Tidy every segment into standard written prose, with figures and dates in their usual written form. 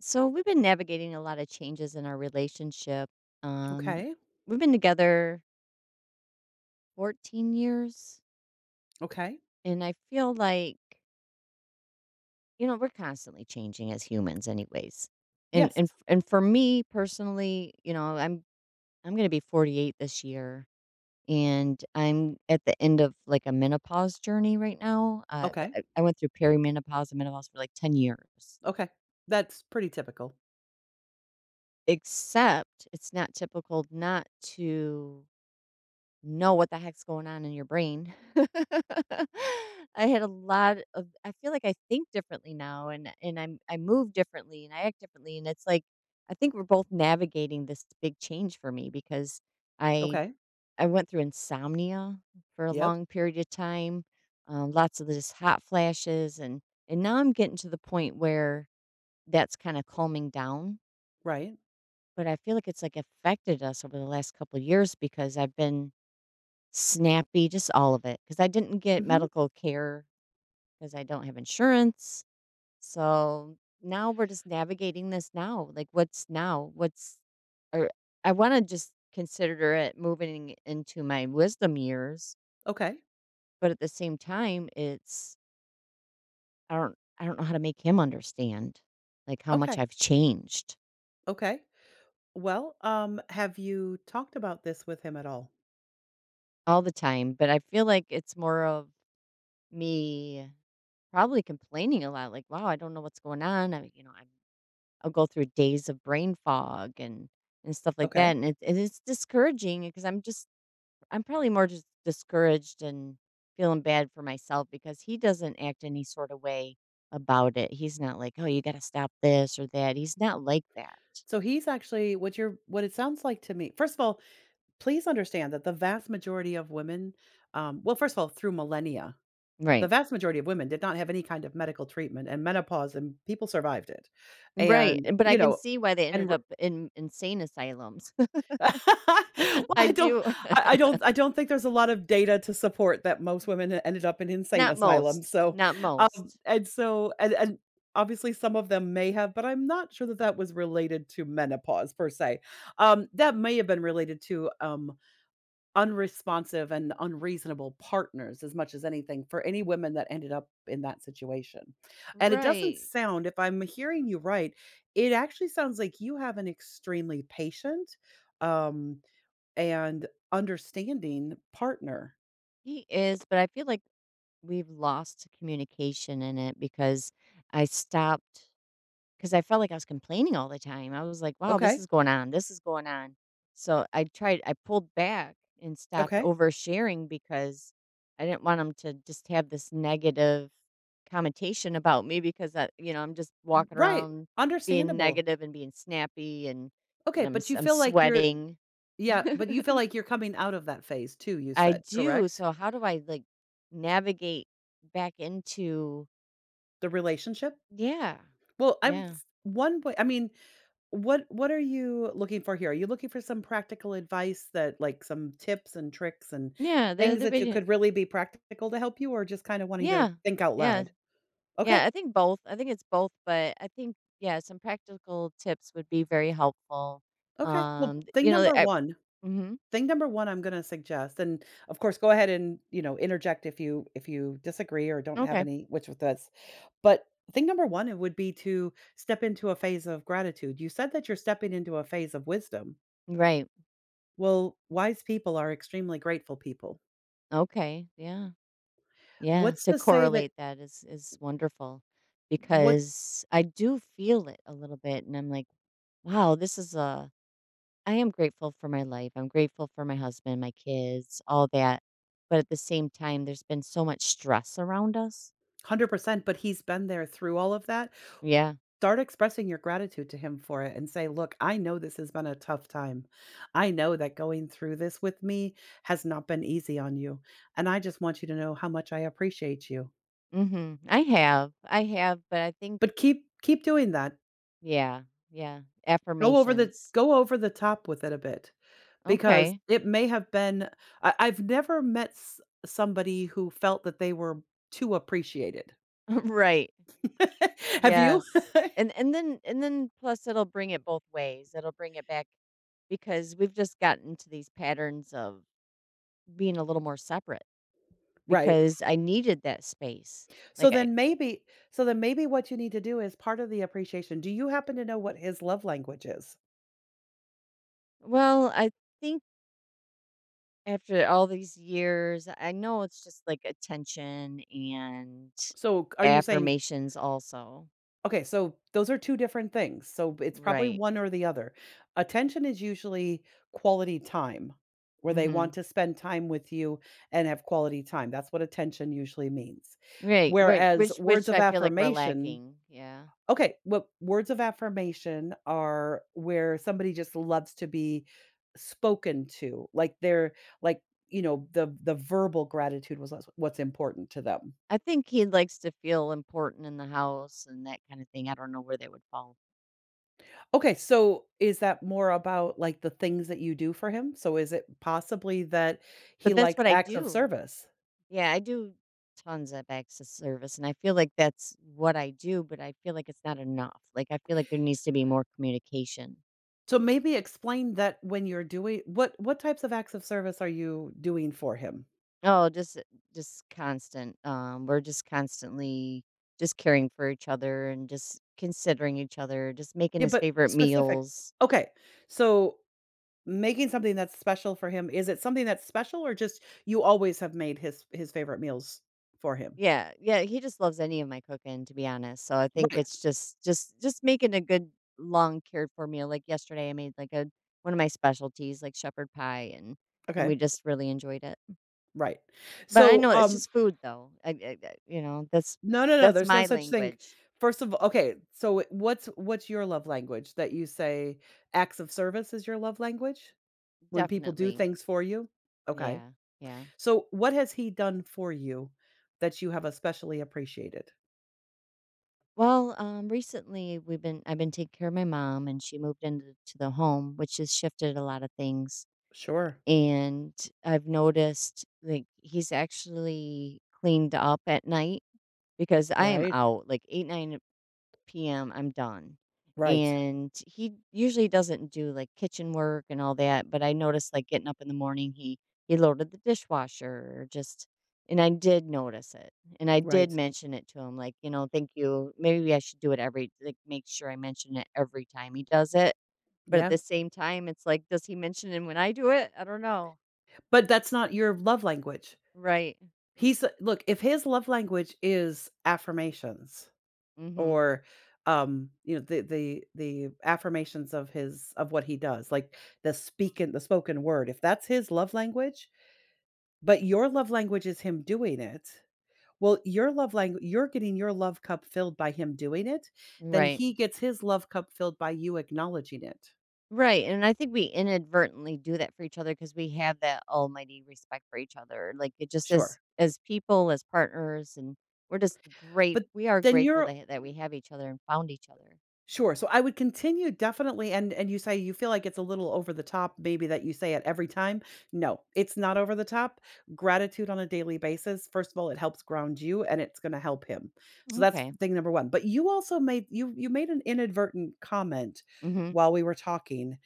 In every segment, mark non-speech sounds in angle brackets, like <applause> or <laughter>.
So we've been navigating a lot of changes in our relationship. Um, Okay. we've been together 14 years, Okay. and I feel like you know we're constantly changing as humans, anyways. And and Yes. f- and for me personally, you know, I'm going to be 48 this year, and I'm at the end of like a menopause journey right now. Uh, Okay. I, I went through perimenopause and menopause for like 10 years. Okay. That's pretty typical. Except it's not typical not to know what the heck's going on in your brain. <laughs> I had a lot of I feel like I think differently now and I move differently and I act differently and it's like I think we're both navigating this big change for me because I Okay. I went through insomnia for a Yep. long period of time, lots of just hot flashes and now I'm getting to the point where that's kind of calming down, Right. but I feel like it's like affected us over the last couple of years because I've been snappy, just all of it, because I didn't get Mm-hmm. medical care, because I don't have insurance. So, now we're just navigating this now, like, what's now? What's or I wanna just consider it moving into my wisdom years, Okay. but at the same time, it's I don't know how to make him understand, like, how much Okay. I've changed Okay. Well, have you talked about this with him at all? all the time, but I feel like it's more of me probably complaining a lot, like, "Wow, I don't know what's going on." I I'm I'll go through days of brain fog and stuff like that, Okay. and it's discouraging because I'm just I'm probably more just discouraged and feeling bad for myself because he doesn't act any sort of way about it. He's not like, "Oh, you got to stop this or that." He's not like that. So he's actually what it sounds like to me. First of all, please understand that the vast majority of women, well, first of all, through millennia, the Right. vast majority of women did not have any kind of medical treatment and menopause and people survived it. Right, And, but I you can know, see why they and ended re- up in insane asylums. <laughs> Well, <laughs> I I don't do I I don't I don't think there's a lot of data to support that most women e ended up in insane not asylums, most, so, not most. and so and obviously some of them may have, but I'm not sure that that was related to menopause per se. That may have been related to, unresponsive and unreasonable partners as much as anything for any women that ended up in that situation. And it doesn't Right. sound if I'm hearing you right, it actually sounds like you have an extremely patient, um, and understanding partner. He is, but I feel like we've lost communication in it because I stopped because I felt like I was complaining all the time. I was like, wow, this Okay. is going on. This is going on. So I tried, I pulled back and stopped Okay. oversharing because I didn't want them to just have this negative connotation about me because I'm just walking Right. around being Understandable. negative and being snappy and Okay, but you I'm feel like you're sweating. yeah, but you feel <laughs> like you're coming out of that phase too, you I said, do. correct? So how do I like navigate back into? The relationship? Yeah. Well, I was Yeah. one way I mean, what are you looking for here? Are you looking for some practical advice that like some tips and tricks and Yeah, They're things they're that you video. could really be practical to help you or just kind of wanting to Yeah. think out Yeah. loud? Okay. Yeah, I think both. I think it's both, but I think, yeah, some practical tips would be very helpful. Okay. Well, thing you know, number I 1 mhm. thing number 1 I'm gonna suggest, and of course go ahead and interject if you disagree or don't have Okay. any which with this. But thing number 1 it would be to step into a phase of gratitude. You said that you're stepping into a phase of wisdom. Right. Well, wise people are extremely grateful people. Okay. Yeah. Yeah, What's to to say that, correlate that is wonderful what? because I do feel it a little bit and I'm like, "Wow, this is a I am grateful for my life. I'm grateful for my husband, my kids, all that. But at the same time, there's been so much stress around us." 100%, but he's been there through all of that. Yeah. Start expressing your gratitude to him for it and say, "Look, I know this has been a tough time. I know that going through this with me has not been easy on you, and I just want you to know how much I appreciate you." Hmm. I have. I have. But I think, But keep doing that. yeah. Yeah. Go over the Affirmations. go over the top with it a bit because Okay. it may have been I've never met s somebody who felt that they were too appreciated. <laughs> Right. <laughs> Have you? Yes. <laughs> And then plus it'll bring it both ways. It'll bring it back because we've just gotten to these patterns of being a little more separate Right. because I needed that space. Like So I then maybe what you need to do is part of the appreciation. Do you happen to know what his love language is? well, I think after all these years, I know it's just like attention and So, are you saying affirmations also. okay, so those are 2 different things. So, it's probably Right. one or the other. Attention is usually quality time, where they want Mhm. to spend time with you and have quality time. That's what attention usually means. Right, right, Whereas words which of I feel like we're affirmation lacking, yeah. Okay, what words of affirmation are, where somebody just loves to be spoken to, like they're like, you know, the verbal gratitude was what's important to them. I think he likes to feel important in the house and that kind of thing. I don't know where they would fall. Okay, so is that more about like the things that you do for him? So is it possibly that he But that's likes what I acts of do. service? Yeah, I do tons of access service, and I feel like that's what I do, but I feel like it's not enough. Like, I feel like there needs to be more communication. So maybe explain that, when you're doing what types of acts of service are you doing for him? Oh, just constant. We're just constantly just caring for each other and just considering each other, just making Yeah, his but favorite specific. meals. Okay. So, making something that's special for him, is it something that's special or just you always have made his favorite meals for him? Yeah, yeah, he just loves any of my cooking, to be honest. So I think Right, it's just making a good long cared for meal. Like yesterday, I made like a one of my specialties, like shepherd pie, and okay, we just really enjoyed it. right. But I So, know it's just food, though. You know no, no, no, that's there's no my such thing. language, First of all, okay, so what's your love language, that you say acts of service is your love language? When people do definitely. things for you? Okay. Yeah, yeah. So, what has he done for you that you have especially appreciated? Well, recently we've been I've been taking care of my mom and she moved into to the home, which has shifted a lot of things. Sure. And I've noticed like he's actually cleaned up at night because I am Right. out like eight, nine p.m., I'm done. Right. And he usually doesn't do like kitchen work and all that, but I noticed like getting up in the morning, he loaded the dishwasher or just and I did notice it. And I did Right. mention it to him like, you know, thank you. Maybe I should do it every like make sure I mention it every time he does it. But at Yeah. the same time, it's like does he mention it when I do it? I don't know. But that's not your love language. Right. He's look, if his love language is affirmations Mhm. or, the affirmations of what he does, like the spoken word, if that's his love language, but your love language is him doing it, well, your love language, you're getting your love cup filled by him doing it, then Right. he gets his love cup filled by you acknowledging it. Right, and I think we inadvertently do that for each other because we have that almighty respect for each other. Like it just Sure. as people, as partners, and we're just great. But We are then grateful you're that we have each other and found each other. Sure. So I would continue definitely, and you say you feel like it's a little over the top, maybe, that you say it every time. No, it's not over the top. Gratitude on a daily basis. First of all, it helps ground you and it's going to help him. So that's Okay. thing number 1. But you made an inadvertent comment Hmm. while we were talking,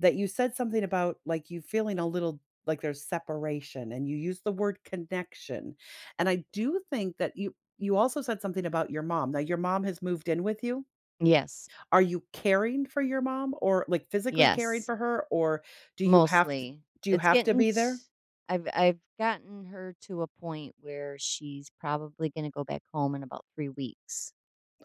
that you said something about like you feeling a little like there's separation and you used the word connection. And I do think that you also said something about your mom. Now, your mom has moved in with you. Yes. Are you caring for your mom or, like, physically caring Yes. for her, or do you have to Mostly, do you it's have to getting. be there? T- I've gotten her to a point where she's probably going to go back home in about 3 weeks.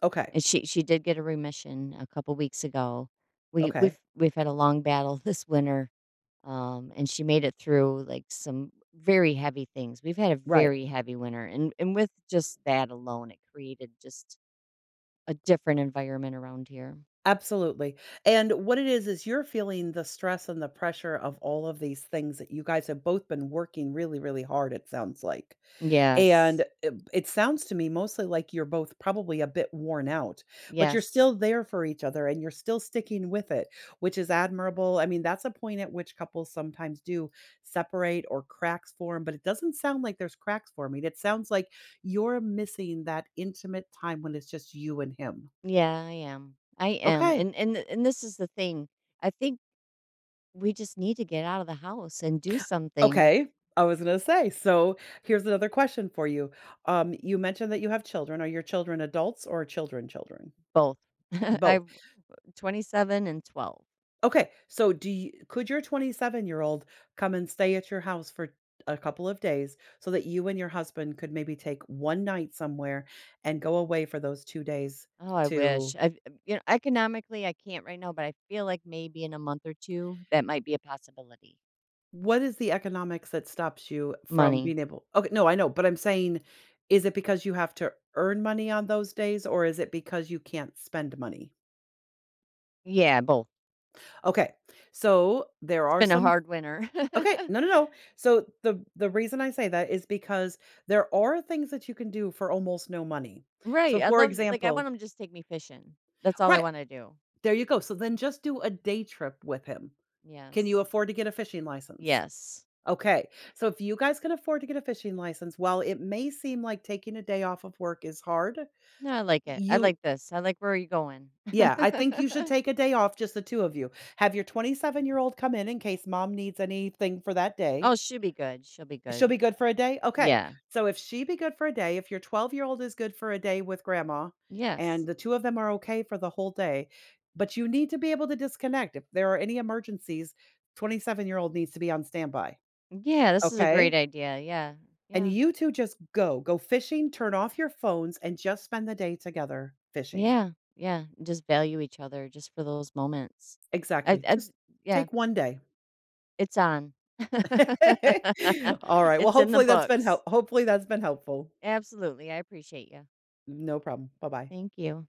Okay, And she did get a remission a couple weeks ago. We okay, we've we've had a long battle <laughs> this winter. And she made it through like some very heavy things. We've had a right. very heavy winter, and with just that alone, it created just a different environment around here. Absolutely, and what it is you're feeling the stress and the pressure of all of these things that you guys have both been working really, really hard, it sounds like. And Yes. it sounds to me mostly like you're both probably a bit worn out, but you're Yes. still there for each other and you're still sticking with it, which is admirable. I mean, that's a point at which couples sometimes do separate or cracks form, but it doesn't sound like there's cracks forming. It sounds like you're missing that intimate time when it's just you and him. Yeah, I am. I am. Okay. And this is the thing. I think we just need to get out of the house and do something. Okay. I was going to say. So, here's another question for you. You mentioned that you have children. Are your children adults or children children? Both. <laughs> I Both. 27 and 12. Okay, so do you could your 27-year-old come and stay at your house for a couple of days so that you and your husband could maybe take one night somewhere and go away for those 2 days Oh, I to. wish. I you know, economically I can't right now, but I feel like maybe in a month or two that might be a possibility. What is the economics that stops you from Money. being able. Okay, no, I know, but I'm saying, is it because you have to earn money on those days or is it because you can't spend money? Yeah, both. Okay, so there It's are been a some hard winter. <laughs> Okay, no, no, no. So the reason I say that is because there are things that you can do for almost no money. Right, So I for love it, like, I want example 'em to just take me fishing. That's all I Right, wanna do. there you go. So then just do a day trip with him. Can you Yes. afford to get a fishing license? Yes. Okay. So if you guys can afford to get a fishing license, while it may seem like taking a day off of work is hard, No, I like it. I you like this. I like, "Where are you going?" yeah, I think you should <laughs> take a day off, just the 2 of you. Have your 27-year-old come in case mom needs anything for that day. Oh, she'll be good. She'll be She'll good. be good for a day? Okay. Yeah. So if she be good for a day, if your 12-year-old is good for a day with grandma and Yes. the 2 of them are okay for the whole day, but you need to be able to disconnect. If there are any emergencies, 27-year-old needs to be on standby, Yeah, this is a great okay? idea. Yeah. And Yeah. you 2 just go. Go fishing, turn off your phones, and just spend the day together fishing. Yeah. Yeah. Just value each other just for those moments. Exactly. I Just yeah, take 1 day. it's on. <laughs> <laughs> Alright. Well, It's in the hopefully that's been books. help hopefully that's been helpful. Absolutely, I appreciate you. No problem. Bye-bye. Thank you.